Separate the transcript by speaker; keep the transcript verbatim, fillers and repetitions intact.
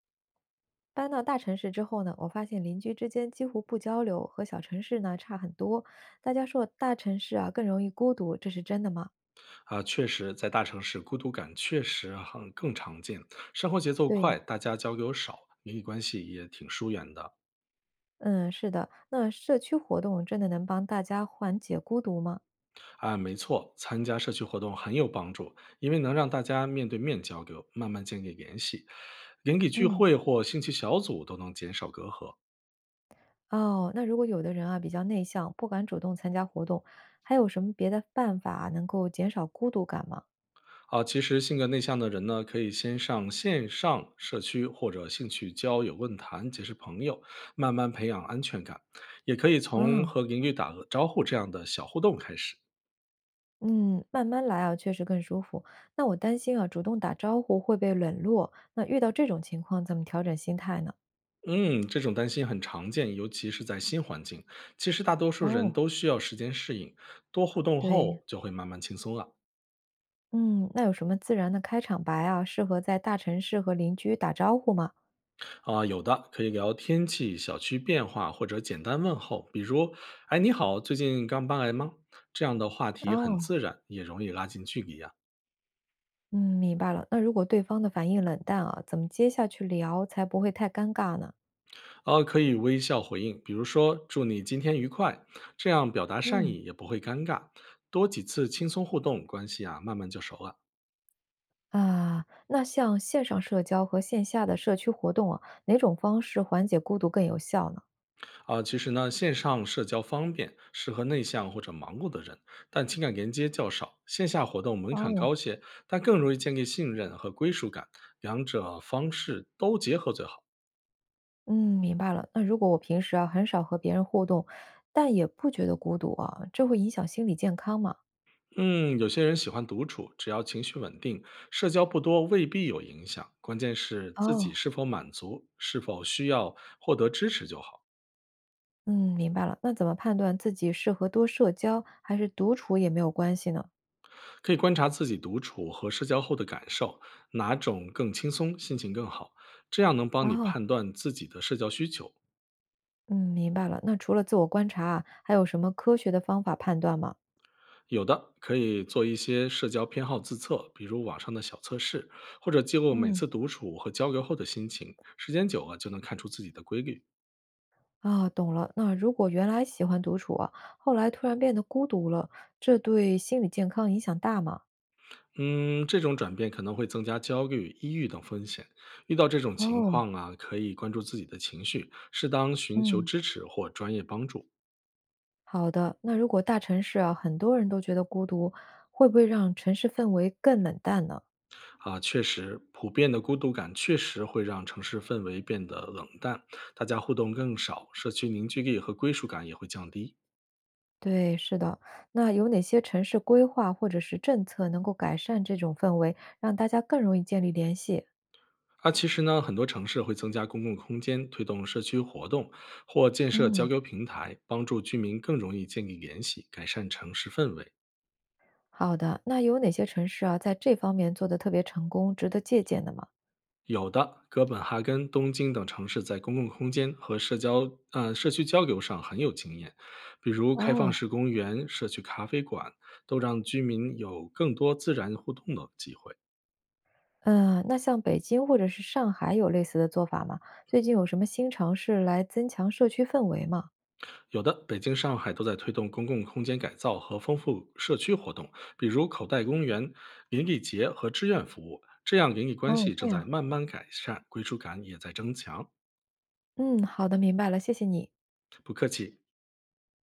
Speaker 1: 搬到大城市之后呢，我发现邻居之间几乎不交流，和小城市呢差很多。大家说大城市啊更容易孤独，这是真的吗？
Speaker 2: 啊，确实，在大城市，孤独感确实很更常见。生活节奏快，
Speaker 1: 对，
Speaker 2: 大家交流少，邻里关系也挺疏远的。
Speaker 1: 嗯，是的。那社区活动真的能帮大家缓解孤独吗？
Speaker 2: 啊，没错，参加社区活动很有帮助，因为能让大家面对面交流，慢慢建立联系。邻里聚
Speaker 1: 嗯，
Speaker 2: 会或兴趣小组都能减少隔阂。
Speaker 1: 哦，那如果有的人啊比较内向，不敢主动参加活动，还有什么别的办法啊能够减少孤独感吗？
Speaker 2: 啊，其实性格内向的人呢，可以先上线上社区或者兴趣交友论坛结识朋友，慢慢培养安全感。也可以从
Speaker 1: 啊，
Speaker 2: 和邻居打个招呼这样的小互动开始。
Speaker 1: 嗯，慢慢来啊，确实更舒服。那我担心啊，主动打招呼会被冷落。那遇到这种情况，怎么调整心态呢？
Speaker 2: 嗯，这种担心很常见，尤其是在新环境。其实大多数人
Speaker 1: 哦。
Speaker 2: 都需要时间适应，多互动
Speaker 1: 对，
Speaker 2: 后就会慢慢轻松了。
Speaker 1: 嗯，那有什么自然的开场白啊，适合在大城市和邻居打招呼吗？
Speaker 2: 啊、有的可以聊天气、小区变化，或者简单问候，比如“哎，你好，最近刚搬来吗？”这样的话题很
Speaker 1: 哦，
Speaker 2: 自然，也容易拉近距离呀、
Speaker 1: 嗯，明白了。那如果对方的反应冷淡啊，怎么接下去聊才不会太尴尬呢？
Speaker 2: 啊。呃，可以微笑回应，比如说“祝你今天愉快”，这样表达善
Speaker 1: 嗯
Speaker 2: 意也不会尴尬。多几次轻松互动，关系啊慢慢就熟了。
Speaker 1: 啊，那像线上社交和线下的社区活动啊，哪种方式缓解孤独更有效呢？
Speaker 2: 啊，其实呢，线上社交方便，适合内向或者忙碌的人，但情感连接较少。线下活动门槛
Speaker 1: 哦，
Speaker 2: 高些，但更容易建立信任和归属感，两者方式都结合最好。
Speaker 1: 嗯，明白了。那如果我平时啊很少和别人互动，但也不觉得孤独啊，这会影响心理健康吗？
Speaker 2: 嗯，有些人喜欢独处，只要情绪稳定，社交不多未必有影响，关键是自己
Speaker 1: 哦，
Speaker 2: 是否满足，是否需要获得支持就好。
Speaker 1: 嗯，明白了。那怎么判断自己适合多社交，还是独处也没有关系呢？
Speaker 2: 可以观察自己独处和社交后的感受，哪种更轻松，心情更好，这样能帮你
Speaker 1: 哦，
Speaker 2: 判断自己的社交需求。
Speaker 1: 嗯，明白了。那除了自我观察啊，还有什么科学的方法判断吗？
Speaker 2: 有的可以做一些社交偏好自测，比如网上的小测试，或者记录每
Speaker 1: 嗯，
Speaker 2: 次独处和交流后的心情，时间久了就能看出自己的规律。
Speaker 1: 啊，懂了。那如果原来喜欢独处啊，后来突然变得孤独了，这对心理健康影响大吗？
Speaker 2: 嗯，这种转变可能会增加焦虑、抑郁等风险。遇到这种情
Speaker 1: 哦，
Speaker 2: 况啊，可以关注自己的情绪，适当寻求
Speaker 1: 嗯，
Speaker 2: 支持或专业帮助。
Speaker 1: 好的。那如果大城市啊，很多人都觉得孤独，会不会让城市氛围更冷淡呢？
Speaker 2: 啊，确实，普遍的孤独感确实会让城市氛围变得冷淡，大家互动更少，社区凝聚力和归属感也会降低。
Speaker 1: 对，是的。那有哪些城市规划或者是政策能够改善这种氛围，让大家更容易建立联系？
Speaker 2: 啊，其实呢，很多城市会增加公共空间，推动社区活动，或建设交
Speaker 1: 嗯，
Speaker 2: 流平台，帮助居民更容易建立联系，改善城市氛围。
Speaker 1: 好的。那有哪些城市啊，在这方面做得特别成功，值得借鉴的吗？
Speaker 2: 有的，哥本哈根、东京等城市在公共空间和社交呃社区交流上很有经验，比如开放
Speaker 1: 哦，
Speaker 2: 式公园、社区咖啡馆，都让居民有更多自然互动的机会。
Speaker 1: 嗯，那像北京或者是上海有类似的做法吗？最近有什么新尝试来增强社区氛围吗？
Speaker 2: 有的，北京、上海都在推动公共空间改造和丰富社区活动，比如口袋公园、邻里节和志愿服务。这样邻里关
Speaker 1: 哦，
Speaker 2: 系
Speaker 1: 这
Speaker 2: 正在
Speaker 1: 样。
Speaker 2: 慢慢改善，归属感也在增强。
Speaker 1: 嗯，好的，明白了，谢谢你。
Speaker 2: 不客气。